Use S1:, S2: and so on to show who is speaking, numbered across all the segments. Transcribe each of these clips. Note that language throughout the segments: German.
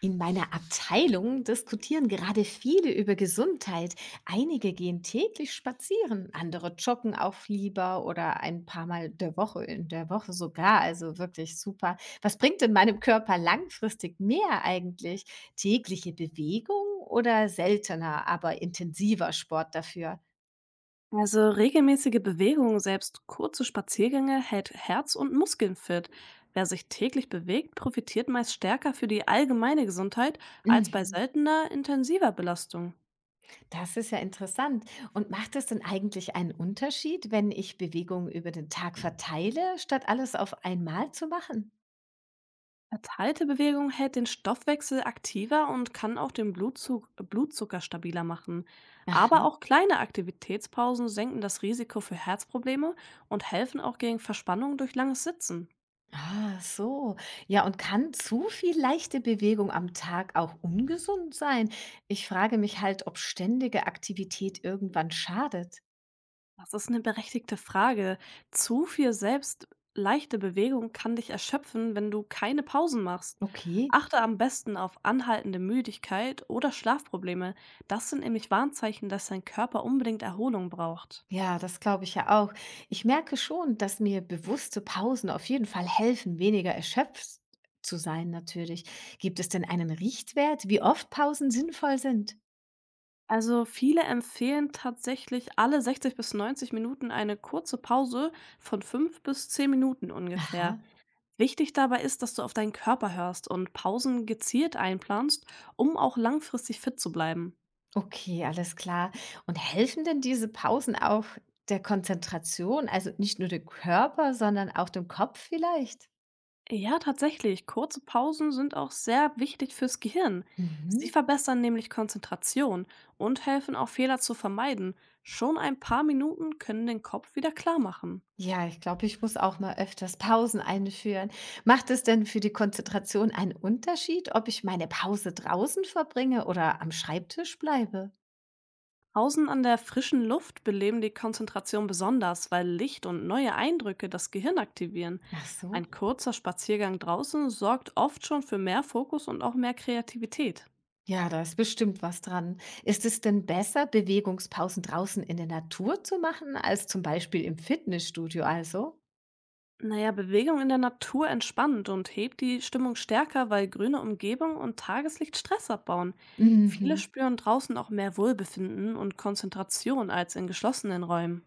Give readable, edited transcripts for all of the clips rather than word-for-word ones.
S1: In meiner Abteilung diskutieren gerade viele über Gesundheit. Einige gehen täglich spazieren, andere joggen auch lieber oder ein paar Mal der Woche, in der Woche sogar. Also wirklich super. Was bringt in meinem Körper langfristig mehr eigentlich? Tägliche Bewegung oder seltener, aber intensiver Sport dafür?
S2: Also regelmäßige Bewegung, selbst kurze Spaziergänge, hält Herz und Muskeln fit. Wer sich täglich bewegt, profitiert meist stärker für die allgemeine Gesundheit als bei
S1: Mhm.
S2: seltener, intensiver Belastung.
S1: Das ist ja interessant. Und macht es denn eigentlich einen Unterschied, wenn ich Bewegung über den Tag verteile, statt alles auf einmal zu machen?
S2: Verteilte Bewegung hält den Stoffwechsel aktiver und kann auch den Blutzug Blutzucker stabiler machen. Aber
S1: Aha.
S2: auch kleine Aktivitätspausen senken das Risiko für Herzprobleme und helfen auch gegen Verspannung durch langes Sitzen.
S1: Ah, so. Ja, und kann zu viel leichte Bewegung am Tag auch ungesund sein? Ich frage mich halt, ob ständige Aktivität irgendwann schadet.
S2: Das ist eine berechtigte Frage. Zu viel selbst leichte Bewegung kann dich erschöpfen, wenn du keine Pausen machst.
S1: Okay.
S2: Achte am besten auf anhaltende Müdigkeit oder Schlafprobleme. Das sind nämlich Warnzeichen, dass dein Körper unbedingt Erholung braucht.
S1: Ja, das glaube ich ja auch. Ich merke schon, dass mir bewusste Pausen auf jeden Fall helfen, weniger erschöpft zu sein, natürlich. Gibt es denn einen Richtwert, wie oft Pausen sinnvoll sind?
S2: Also, viele empfehlen tatsächlich alle 60 bis 90 Minuten eine kurze Pause von 5 bis 10 Minuten ungefähr.
S1: Aha.
S2: Wichtig dabei ist, dass du auf deinen Körper hörst und Pausen gezielt einplanst, um auch langfristig fit zu bleiben.
S1: Okay, alles klar. Und helfen denn diese Pausen auch der Konzentration, also nicht nur dem Körper, sondern auch dem Kopf vielleicht?
S2: Ja, tatsächlich. Kurze Pausen sind auch sehr wichtig fürs Gehirn. Sie
S1: Mhm.
S2: verbessern nämlich Konzentration und helfen auch Fehler zu vermeiden. Schon ein paar Minuten können den Kopf wieder klar machen.
S1: Ja, ich glaube, ich muss auch mal öfters Pausen einführen. Macht es denn für die Konzentration einen Unterschied, ob ich meine Pause draußen verbringe oder am Schreibtisch bleibe?
S2: Pausen an der frischen Luft beleben die Konzentration besonders, weil Licht und neue Eindrücke das Gehirn aktivieren.
S1: Ach so.
S2: Ein kurzer Spaziergang draußen sorgt oft schon für mehr Fokus und auch mehr Kreativität.
S1: Ja, da ist bestimmt was dran. Ist es denn besser, Bewegungspausen draußen in der Natur zu machen, als zum Beispiel im Fitnessstudio also?
S2: Naja, Bewegung in der Natur entspannt und hebt die Stimmung stärker, weil grüne Umgebung und Tageslicht Stress abbauen. Viele
S1: Mhm.
S2: spüren draußen auch mehr Wohlbefinden und Konzentration als in geschlossenen Räumen.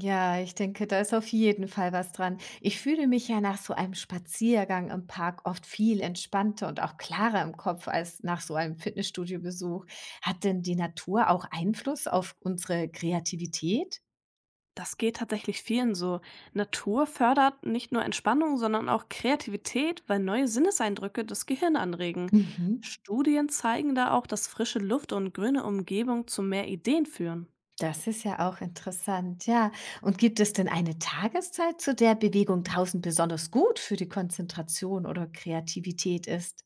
S1: Ja, ich denke, da ist auf jeden Fall was dran. Ich fühle mich ja nach so einem Spaziergang im Park oft viel entspannter und auch klarer im Kopf als nach so einem Fitnessstudio-Besuch. Hat denn die Natur auch Einfluss auf unsere Kreativität?
S2: Das geht tatsächlich vielen so. Natur fördert nicht nur Entspannung, sondern auch Kreativität, weil neue Sinneseindrücke das Gehirn anregen.
S1: Mhm.
S2: Studien zeigen da auch, dass frische Luft und grüne Umgebung zu mehr Ideen führen.
S1: Das ist ja auch interessant, ja. Und gibt es denn eine Tageszeit, zu der Bewegung draußen besonders gut für die Konzentration oder Kreativität ist?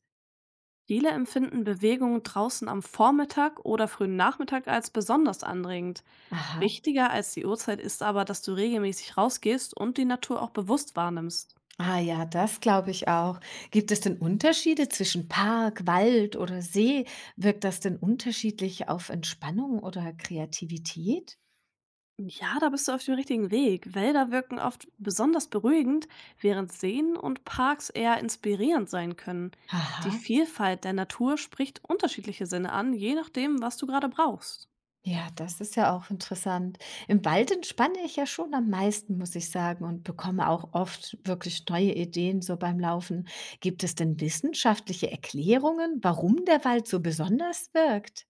S2: Viele empfinden Bewegung draußen am Vormittag oder frühen Nachmittag als besonders anregend.
S1: Aha.
S2: Wichtiger als die Uhrzeit ist aber, dass du regelmäßig rausgehst und die Natur auch bewusst wahrnimmst.
S1: Ah ja, das glaube ich auch. Gibt es denn Unterschiede zwischen Park, Wald oder See? Wirkt das denn unterschiedlich auf Entspannung oder Kreativität?
S2: Ja, da bist du auf dem richtigen Weg. Wälder wirken oft besonders beruhigend, während Seen und Parks eher inspirierend sein können. Die
S1: Aha.
S2: Vielfalt der Natur spricht unterschiedliche Sinne an, je nachdem, was du gerade brauchst.
S1: Ja, das ist ja auch interessant. Im Wald entspanne ich ja schon am meisten, muss ich sagen, und bekomme auch oft wirklich neue Ideen so beim Laufen. Gibt es denn wissenschaftliche Erklärungen, warum der Wald so besonders wirkt?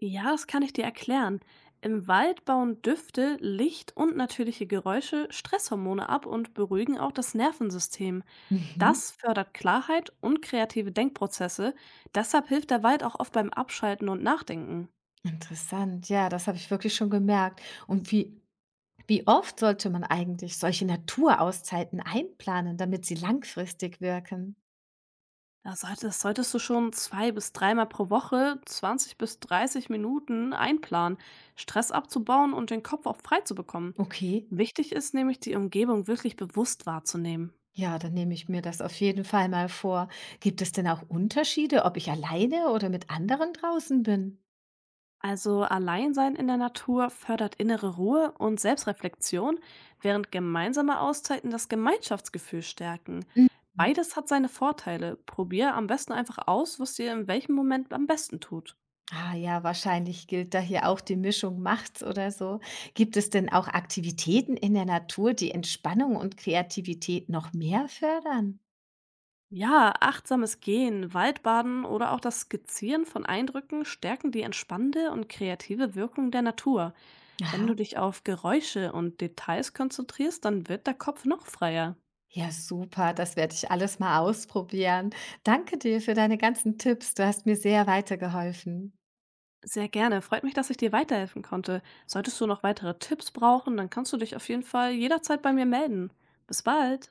S2: Ja, das kann ich dir erklären. Im Wald bauen Düfte, Licht und natürliche Geräusche Stresshormone ab und beruhigen auch das Nervensystem.
S1: Mhm.
S2: Das fördert Klarheit und kreative Denkprozesse. Deshalb hilft der Wald auch oft beim Abschalten und Nachdenken.
S1: Interessant. Ja, das habe ich wirklich schon gemerkt. Und wie Wie oft sollte man eigentlich solche Naturauszeiten einplanen, damit sie langfristig wirken?
S2: Das solltest du schon zwei bis dreimal pro Woche 20 bis 30 Minuten einplanen, Stress abzubauen und den Kopf auch frei zu bekommen.
S1: Okay,
S2: Wichtig ist nämlich, die Umgebung wirklich bewusst wahrzunehmen.
S1: ja, dann nehme ich mir das auf jeden Fall mal vor. Gibt es denn auch Unterschiede, ob ich alleine oder mit anderen draußen bin?
S2: Also Alleinsein in der Natur fördert innere Ruhe und Selbstreflexion, während gemeinsame Auszeiten das Gemeinschaftsgefühl stärken.
S1: Mhm.
S2: Beides hat seine Vorteile. Probier am besten einfach aus, was dir in welchem Moment am besten tut.
S1: Ah ja, wahrscheinlich gilt da hier auch die Mischung macht's oder so. Gibt es denn auch Aktivitäten in der Natur, die Entspannung und Kreativität noch mehr fördern?
S2: Ja, achtsames Gehen, Waldbaden oder auch das Skizzieren von Eindrücken stärken die entspannende und kreative Wirkung der Natur. Wenn du
S1: Aha.
S2: dich auf Geräusche und Details konzentrierst, dann wird der Kopf noch freier.
S1: Ja, super, das werde ich alles mal ausprobieren. Danke dir für deine ganzen Tipps. Du hast mir sehr weitergeholfen.
S2: Sehr gerne. Freut mich, dass ich dir weiterhelfen konnte. Solltest du noch weitere Tipps brauchen, dann kannst du dich auf jeden Fall jederzeit bei mir melden. Bis bald.